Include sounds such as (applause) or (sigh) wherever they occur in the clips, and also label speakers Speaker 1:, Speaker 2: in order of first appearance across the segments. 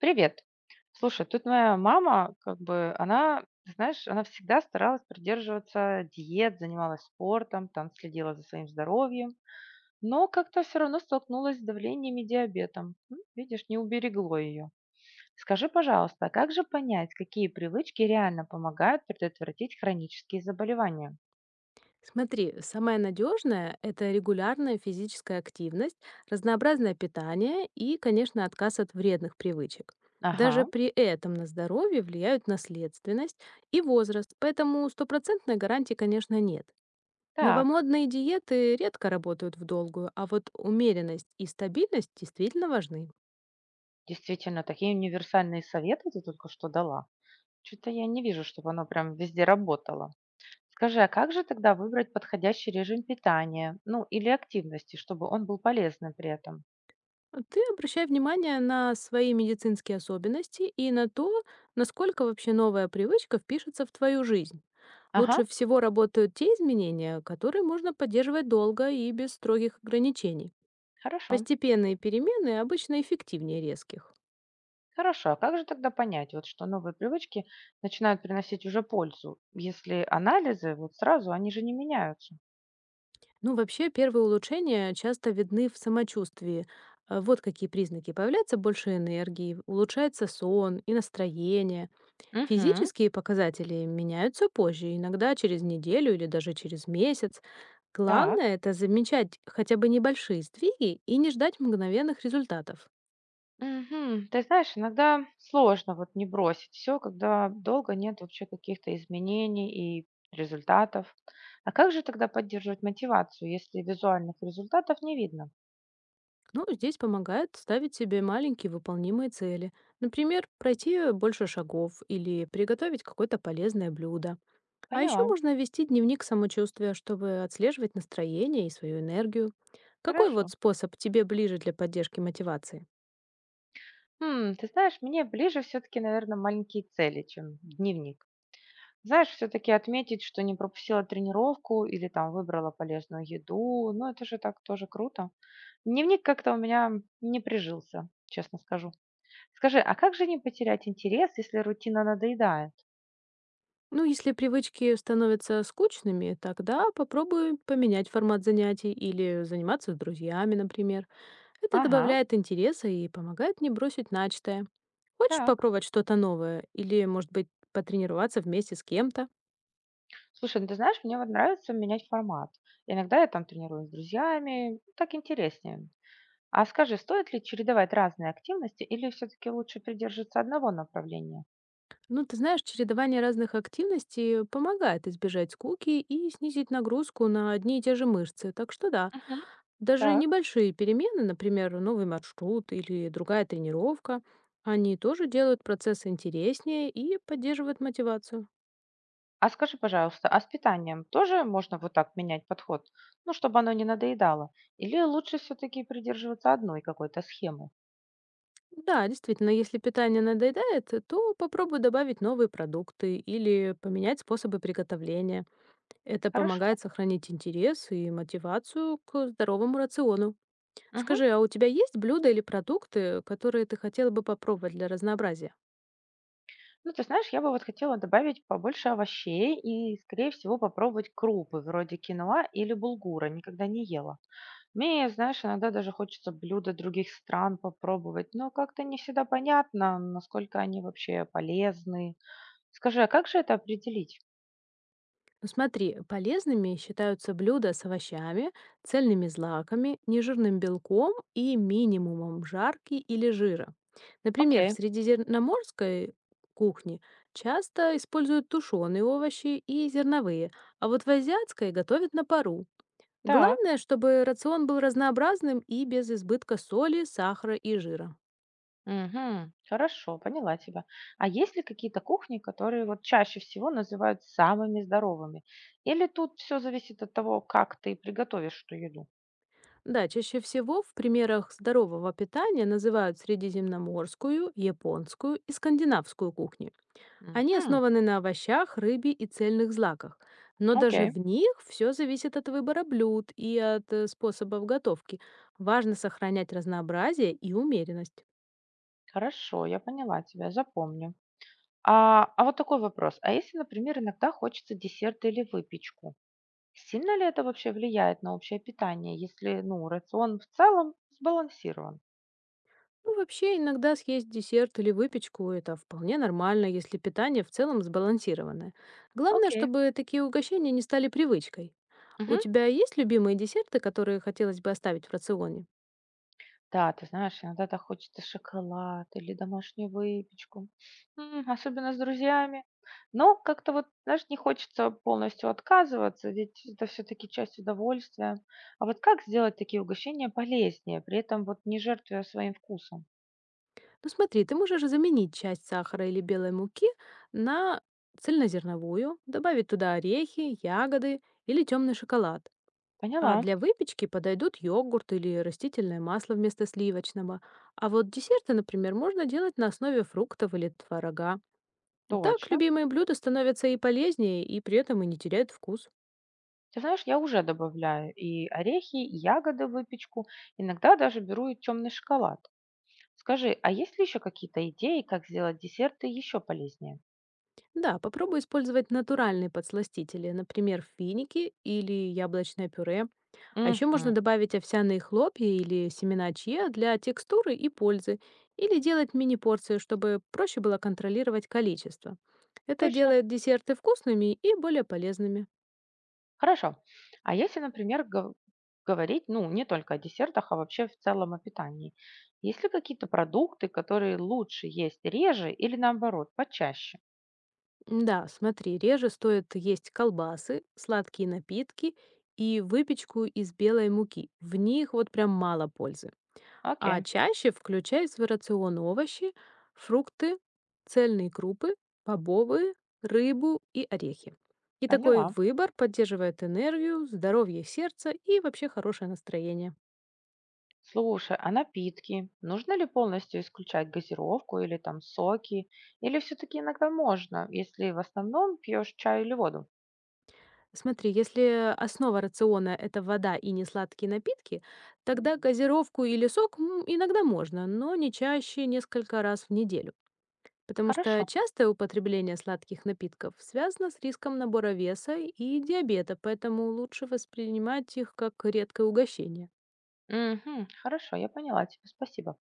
Speaker 1: Привет. Слушай, тут моя мама, как бы, она, ты знаешь, она всегда старалась придерживаться диет, занималась спортом, там следила за своим здоровьем, но как-то все равно столкнулась с давлением и диабетом. Видишь, не уберегло ее. Скажи, пожалуйста, а как же понять, какие привычки реально помогают предотвратить хронические заболевания?
Speaker 2: Смотри, самое надежное– это регулярная физическая активность, разнообразное питание и, конечно, отказ от вредных привычек.
Speaker 1: Ага,
Speaker 2: Даже при этом на здоровье влияют наследственность и возраст, поэтому стопроцентной гарантии, конечно, нет.
Speaker 1: так,
Speaker 2: Новомодные диеты редко работают в долгую, а вот умеренность и стабильность действительно важны.
Speaker 1: действительно, такие универсальные советы ты только что дала. Что-то я не вижу, чтобы оно прям везде работало. Скажи, а как же тогда выбрать подходящий режим питания, ну или активности, чтобы он был полезным при этом?
Speaker 2: А ты обращай внимание на свои медицинские особенности и на то, насколько вообще новая привычка впишется в твою жизнь.
Speaker 1: Ага,
Speaker 2: Лучше всего работают те изменения, которые можно поддерживать долго и без строгих ограничений.
Speaker 1: хорошо.
Speaker 2: Постепенные перемены обычно эффективнее резких.
Speaker 1: Хорошо, а как же тогда понять, вот, что новые привычки начинают приносить уже пользу, если анализы вот сразу, они же не меняются?
Speaker 2: Ну, вообще, первые улучшения часто видны в самочувствии. А вот какие признаки. Появляется больше энергии, улучшается сон и настроение.
Speaker 1: Угу,
Speaker 2: Физические показатели меняются позже, иногда через неделю или даже через месяц.
Speaker 1: так.
Speaker 2: Главное– это замечать хотя бы небольшие сдвиги и не ждать мгновенных результатов.
Speaker 1: Мгм. Ты знаешь, иногда сложно вот не бросить все, когда долго нет вообще каких-то изменений и результатов. А как же тогда поддерживать мотивацию, если визуальных результатов не видно?
Speaker 2: Ну, здесь помогает ставить себе маленькие выполнимые цели. Например, пройти больше шагов или приготовить какое-то полезное блюдо. А еще
Speaker 1: Поняла.
Speaker 2: можно вести дневник самочувствия, чтобы отслеживать настроение и свою энергию. Какой вот
Speaker 1: Хорошо.
Speaker 2: способ тебе ближе для поддержки мотивации?
Speaker 1: Ты знаешь, мне ближе все-таки, наверное, маленькие цели, чем дневник. Знаешь, все-таки отметить, что не пропустила тренировку или там выбрала полезную еду, ну это же так тоже круто. Дневник как-то у меня не прижился, честно скажу. Скажи, а как же не потерять интерес, если рутина надоедает?
Speaker 2: Ну, если привычки становятся скучными, тогда попробуй поменять формат занятий или заниматься с друзьями, например. Это
Speaker 1: Ага,
Speaker 2: добавляет интереса и помогает не бросить начатое. Хочешь
Speaker 1: так.
Speaker 2: попробовать что-то новое или, может быть, потренироваться вместе с кем-то?
Speaker 1: Слушай, ну ты знаешь, мне вот нравится менять формат. Иногда я там тренируюсь с друзьями, так интереснее. А скажи, стоит ли чередовать разные активности или все-таки лучше придерживаться одного направления?
Speaker 2: Ну, ты знаешь, чередование разных активностей помогает избежать скуки и снизить нагрузку на одни и те же мышцы. Так что да,
Speaker 1: Мгм.
Speaker 2: даже
Speaker 1: Так.
Speaker 2: небольшие перемены, например, новый маршрут или другая тренировка, они тоже делают процесс интереснее и поддерживают мотивацию.
Speaker 1: А скажи, пожалуйста, а с питанием тоже можно вот так менять подход? Ну, чтобы оно не надоедало? Или лучше все-таки придерживаться одной какой-то схемы?
Speaker 2: Да, действительно, если питание надоедает, то попробуй добавить новые продукты или поменять способы приготовления. Это
Speaker 1: Хорошо.
Speaker 2: помогает сохранить интерес и мотивацию к здоровому рациону.
Speaker 1: Мгм.
Speaker 2: Скажи, а у тебя есть блюда или продукты, которые ты хотела бы попробовать для разнообразия?
Speaker 1: Ну, ты знаешь, я бы вот хотела добавить побольше овощей и, скорее всего, попробовать крупы вроде киноа или булгура. Никогда не ела. Мне, знаешь, иногда даже хочется блюда других стран попробовать, но как-то не всегда понятно, насколько они вообще полезны. Скажи, а как же это определить?
Speaker 2: Ну смотри, полезными считаются блюда с овощами, цельными злаками, нежирным белком и минимумом жарки или жира. Например, в
Speaker 1: Окей.
Speaker 2: средиземноморской кухне часто используют тушеные овощи и зерновые, а вот в азиатской готовят на пару.
Speaker 1: Так.
Speaker 2: Главное, чтобы рацион был разнообразным и без избытка соли, сахара и жира.
Speaker 1: Мгм. Хорошо, поняла тебя. А есть ли какие-то кухни, которые вот чаще всего называют самыми здоровыми? Или тут все зависит от того, как ты приготовишь эту еду?
Speaker 2: Да, чаще всего в примерах здорового питания называют средиземноморскую, японскую и скандинавскую кухни. Они
Speaker 1: Мгм.
Speaker 2: основаны на овощах, рыбе и цельных злаках. Но даже
Speaker 1: Окей,
Speaker 2: в них все зависит от выбора блюд и от способов готовки. Важно сохранять разнообразие и умеренность.
Speaker 1: хорошо, я поняла тебя, запомню. А вот такой вопрос. А если, например, иногда хочется десерт или выпечку, сильно ли это вообще влияет на общее питание, если, ну, рацион в целом сбалансирован?
Speaker 2: Ну, вообще, иногда съесть десерт или выпечку– это вполне нормально, если питание в целом сбалансированное. Главное,
Speaker 1: Окей.
Speaker 2: чтобы такие угощения не стали привычкой. У тебя есть любимые десерты, которые хотелось бы оставить в рационе?
Speaker 1: Да, ты знаешь, иногда так хочется шоколад или домашнюю выпечку, особенно с друзьями. Но как-то вот, знаешь, не хочется полностью отказываться, ведь это все-таки часть удовольствия. А вот как сделать такие угощения полезнее, при этом вот не жертвуя своим вкусом?
Speaker 2: Ну смотри, ты можешь заменить часть сахара или белой муки на цельнозерновую, добавить туда орехи, ягоды или темный шоколад. А
Speaker 1: Поняла,
Speaker 2: для выпечки подойдут йогурт или растительное масло вместо сливочного. А вот десерты, например, можно делать на основе фруктов или творога. Так
Speaker 1: точно.
Speaker 2: любимые блюда становятся и полезнее, и при этом и не теряют вкус.
Speaker 1: Ты знаешь, я уже добавляю и орехи, и ягоды в выпечку, иногда даже беру и темный шоколад. Скажи, а есть ли еще какие-то идеи, как сделать десерты еще полезнее?
Speaker 2: Да, попробуй использовать натуральные подсластители, например, финики или яблочное пюре. А еще можно
Speaker 1: Угу,
Speaker 2: добавить овсяные хлопья или семена чиа для текстуры и пользы, или делать мини-порции, чтобы проще было контролировать количество. Это
Speaker 1: точно.
Speaker 2: делает десерты вкусными и более полезными.
Speaker 1: Хорошо. А если, например, говорить, ну, не только о десертах, а вообще в целом о питании, есть ли какие-то продукты, которые лучше есть реже или наоборот, почаще?
Speaker 2: Да, смотри, реже стоит есть колбасы, сладкие напитки и выпечку из белой муки. В них вот прям мало пользы.
Speaker 1: Окей,
Speaker 2: А чаще включай в свой рацион овощи, фрукты, цельные крупы, бобовые, рыбу и орехи. И такой
Speaker 1: поняла.
Speaker 2: выбор поддерживает энергию, здоровье сердца и вообще хорошее настроение.
Speaker 1: Слушай, а напитки? Нужно ли полностью исключать газировку или там соки? Или все-таки иногда можно, если в основном пьешь чай или воду?
Speaker 2: Смотри, если основа рациона– это вода и несладкие напитки, тогда газировку или сок иногда можно, но не чаще несколько раз в неделю. Потому
Speaker 1: Хорошо.
Speaker 2: что частое употребление сладких напитков связано с риском набора веса и диабета, поэтому лучше воспринимать их как редкое угощение.
Speaker 1: Мгм, хорошо, я поняла тебя, спасибо.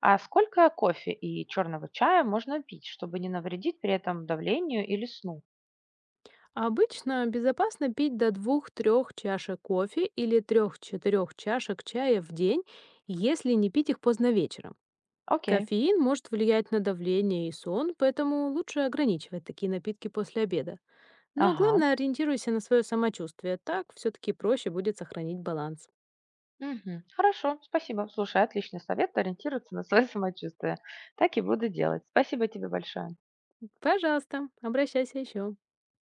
Speaker 1: А сколько кофе и черного чая можно пить, чтобы не навредить при этом давлению или сну?
Speaker 2: А обычно безопасно пить до двух 3 чашек кофе или 3-4 чашек чая в день, если не пить их поздно вечером.
Speaker 1: Окей.
Speaker 2: Кофеин может влиять на давление и сон, поэтому лучше ограничивать такие напитки после обеда. Но
Speaker 1: Ага.
Speaker 2: главное, ориентируйся на свое самочувствие, так все-таки проще будет сохранить баланс.
Speaker 1: Мгм. Хорошо, спасибо. Слушай, отличный совет ориентироваться на свое (laughs) самочувствие. Так и буду делать. Спасибо тебе большое.
Speaker 2: Пожалуйста, обращайся еще.